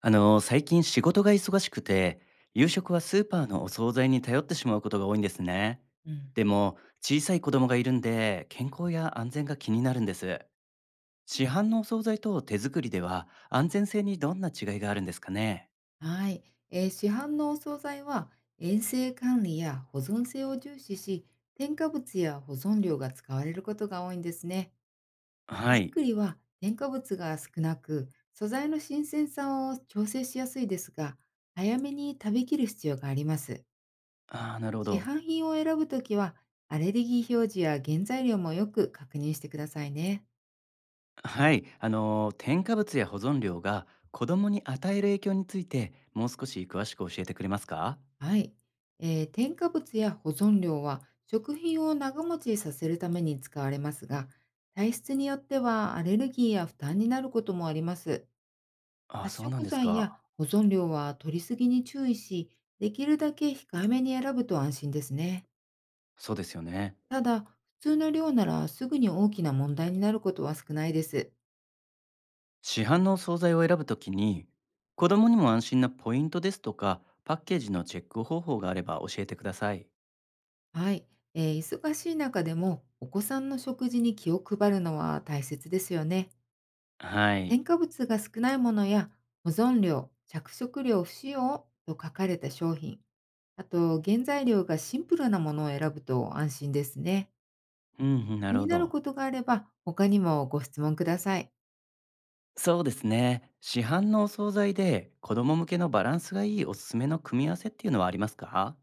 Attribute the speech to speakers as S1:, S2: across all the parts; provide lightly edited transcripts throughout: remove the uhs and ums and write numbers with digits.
S1: 最近仕事が忙しくて、夕食はスーパーのお惣菜に頼ってしまうことが多いんですね。
S2: うん。
S1: でも、小さい子供がいるんで、健康や安全が気になるんです。市販のお惣菜と手作りでは、安全性にどんな違いがあるんですかね。
S2: はい、市販のお惣菜は衛生管理や保存性を重視し、添加物や保存料が使われることが多いんですね。手
S1: はい。
S2: 作りは添加物が少なく素材の新鮮さを調整しやすいですが、早めに食べきる必要があります。
S1: ああ、なるほ
S2: 市
S1: ど。
S2: 販品を選ぶときは、アレルギー表示や原材料もよく確認してくださいね。
S1: はい。添加物や保存料が子供に与える影響について、もう少し詳しく教えてくれますか。
S2: はい、添加物や保存料は食品を長持ちさせるために使われますが、体質によってはアレルギーや負担になることもあります。
S1: ああ、
S2: 発
S1: そうなん
S2: 色
S1: です
S2: 剤や
S1: か。
S2: 保存料は取りすぎに注意し、できるだけ控えめに選ぶと安心ですね。
S1: そうですよね。
S2: ただ、普通の量ならすぐに大きな問題になることは少ないです。
S1: 市販のお惣菜を選ぶときに子供にも安心なポイントですとかパッケージのチェック方法があれば教えてください。
S2: はい、忙しい中でもお子さんの食事に気を配るのは大切ですよね。
S1: はい。
S2: 添加物が少ないものや保存料、着色料不使用と書かれた商品、あと原材料がシンプルなものを選ぶと安心ですね。
S1: うんうん、な
S2: 気
S1: るほ
S2: になる
S1: ど。
S2: ことがあれば他にもご質問ください。
S1: そうですね、市販のお惣菜で子供向けのバランスがいいおすすめの組み合わせっていうのはありますか。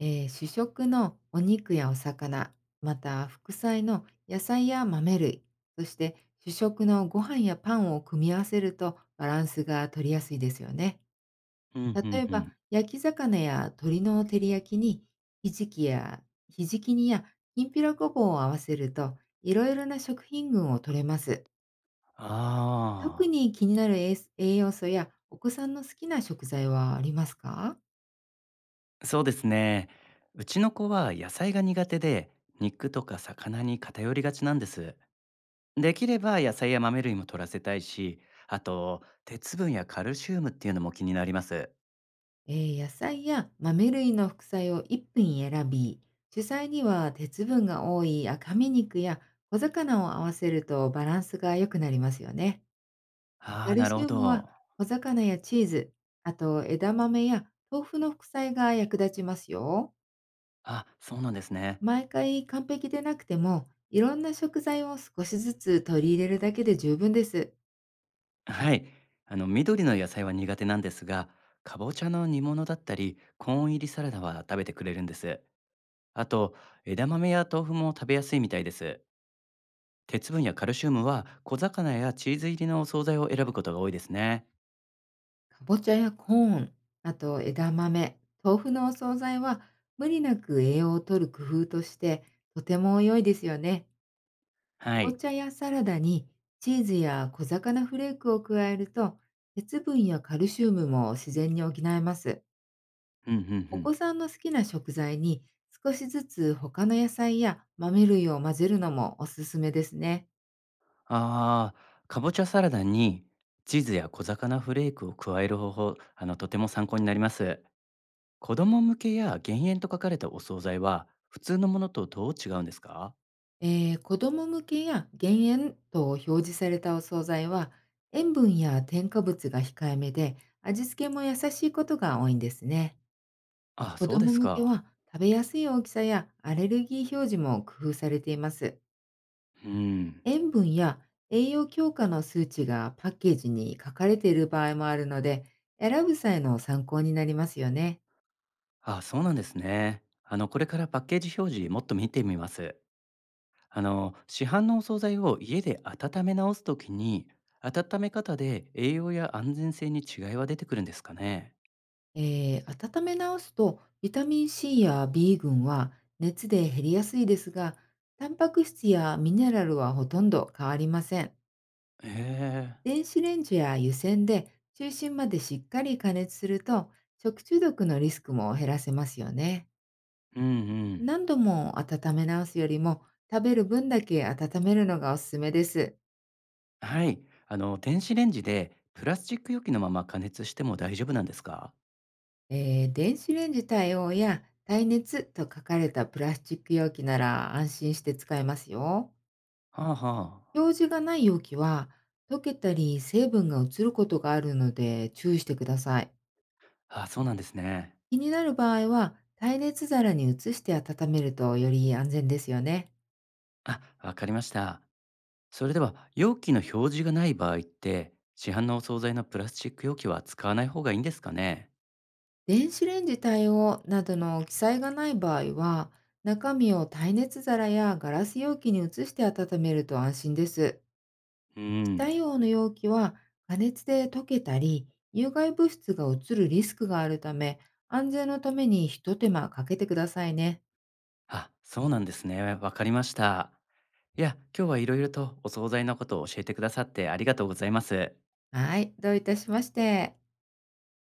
S2: 主食のお肉やお魚、また副菜の野菜や豆類、そして主食のご飯やパンを組み合わせるとバランスが取りやすいですよね。
S1: うんうんう
S2: 例えば、
S1: ん。
S2: 焼き魚や鶏の照り焼きに、ひじきやひじき煮やきんぴらごぼうを合わせると、いろいろな食品群を取れます。特
S1: ああ。
S2: に気になる栄栄養素やお子さんの好きな食材はありますか？
S1: そうですね、うちの子は野菜が苦手で、肉とか魚に偏りがちなんです。できれば野菜や豆類も取らせたいし、あと鉄分やカルシウムっていうのも気になります。
S2: え野菜や豆類の副菜を1品選び、主菜には鉄分が多い赤身肉や小魚を合わせるとバランスが良くなりますよね。
S1: あ
S2: カ
S1: あ、
S2: ル
S1: なる
S2: シ
S1: ほ
S2: ウムは
S1: ど。
S2: 小魚やチーズ、あと枝豆や豆腐の副菜が役立ちますよ。
S1: あ、そうなんですね。
S2: 毎回完璧でなくても、いろんな食材を少しずつ取り入れるだけで十分です。
S1: はい。あの、緑の野菜は苦手なんですが、かぼちゃの煮物だったり、コーン入りサラダは食べてくれるんです。あと、枝豆や豆腐も食べやすいみたいです。鉄分やカルシウムは小魚やチーズ入りのお惣菜を選ぶことが多いですね。
S2: かぼちゃやコーン、あと枝豆、豆腐のお惣菜は無理なく栄養を取る工夫として、とても良いですよね。か
S1: は
S2: ぼ
S1: い。
S2: ちゃやサラダにチーズや小魚フレークを加えると、鉄分やカルシウムも自然に補えます。
S1: うんうんう
S2: お子
S1: ん。
S2: さんの好きな食材に少しずつ他の野菜や豆類を混ぜるのもおすすめですね。
S1: ああ、かぼちゃサラダにチーズや小魚フレークを加える方法、とても参考になります。子供向けや減塩と書かれたお惣菜は、普通のものとどう違うんですか。
S2: えー、子ども向けや減塩と表示されたお惣菜は、塩分や添加物が控えめで味付けも優しいことが多いんですね。
S1: あ、
S2: 子
S1: そう
S2: ど
S1: で
S2: も
S1: す
S2: 向け
S1: か。
S2: は食べやすい大きさやアレルギー表示も工夫されています。
S1: うん。
S2: 塩分や栄養強化の数値がパッケージに書かれている場合もあるので、選ぶ際の参考になりますよね。
S1: あ、そうなんですね。あの、これからパッケージ表示もっと見てみます。あの、市販のお惣菜を家で温め直すときに、温め方で栄養や安全性に違いは出てくるんですかね。
S2: 温め直すとビタミンCやB群は熱で減りやすいですが、タンパク質やミネラルはほとんど変わりません。
S1: へえ。
S2: 電子レンジや湯煎で中心までしっかり加熱すると、食中毒のリスクも減らせますよね。
S1: うんうん。
S2: 何度も温め直すよりも、食べる分だけ温めるのがおすすめです。
S1: はい。あの、電子レンジでプラスチック容器のまま加熱しても大丈夫なんですか。
S2: 電子レンジ対応や耐熱と書かれたプラスチック容器なら安心して使えますよ。
S1: はあは
S2: 表示がない容器は、溶けたり成分が移ることがあるので注意してください。
S1: あ。あ、そうなんですね。
S2: 気になる場合は、耐熱皿に移して温めるとより安全ですよね。
S1: あ、わかりました。それでは、容器の表示がない場合って、市販のお惣菜のプラスチック容器は使わない方がいいんですかね。
S2: 電子レンジ対応などの記載がない場合は、中身を耐熱皿やガラス容器に移して温めると安心です。
S1: う
S2: 非
S1: ん。
S2: 対応の容器は加熱で溶けたり、有害物質が移るリスクがあるため、安全のために一手間かけてくださいね。
S1: あ、そうなんですね。わかりました。いや、今日はいろいろとお惣菜のことを教えてくださってありがとうございます。
S2: はい、どういたしまして。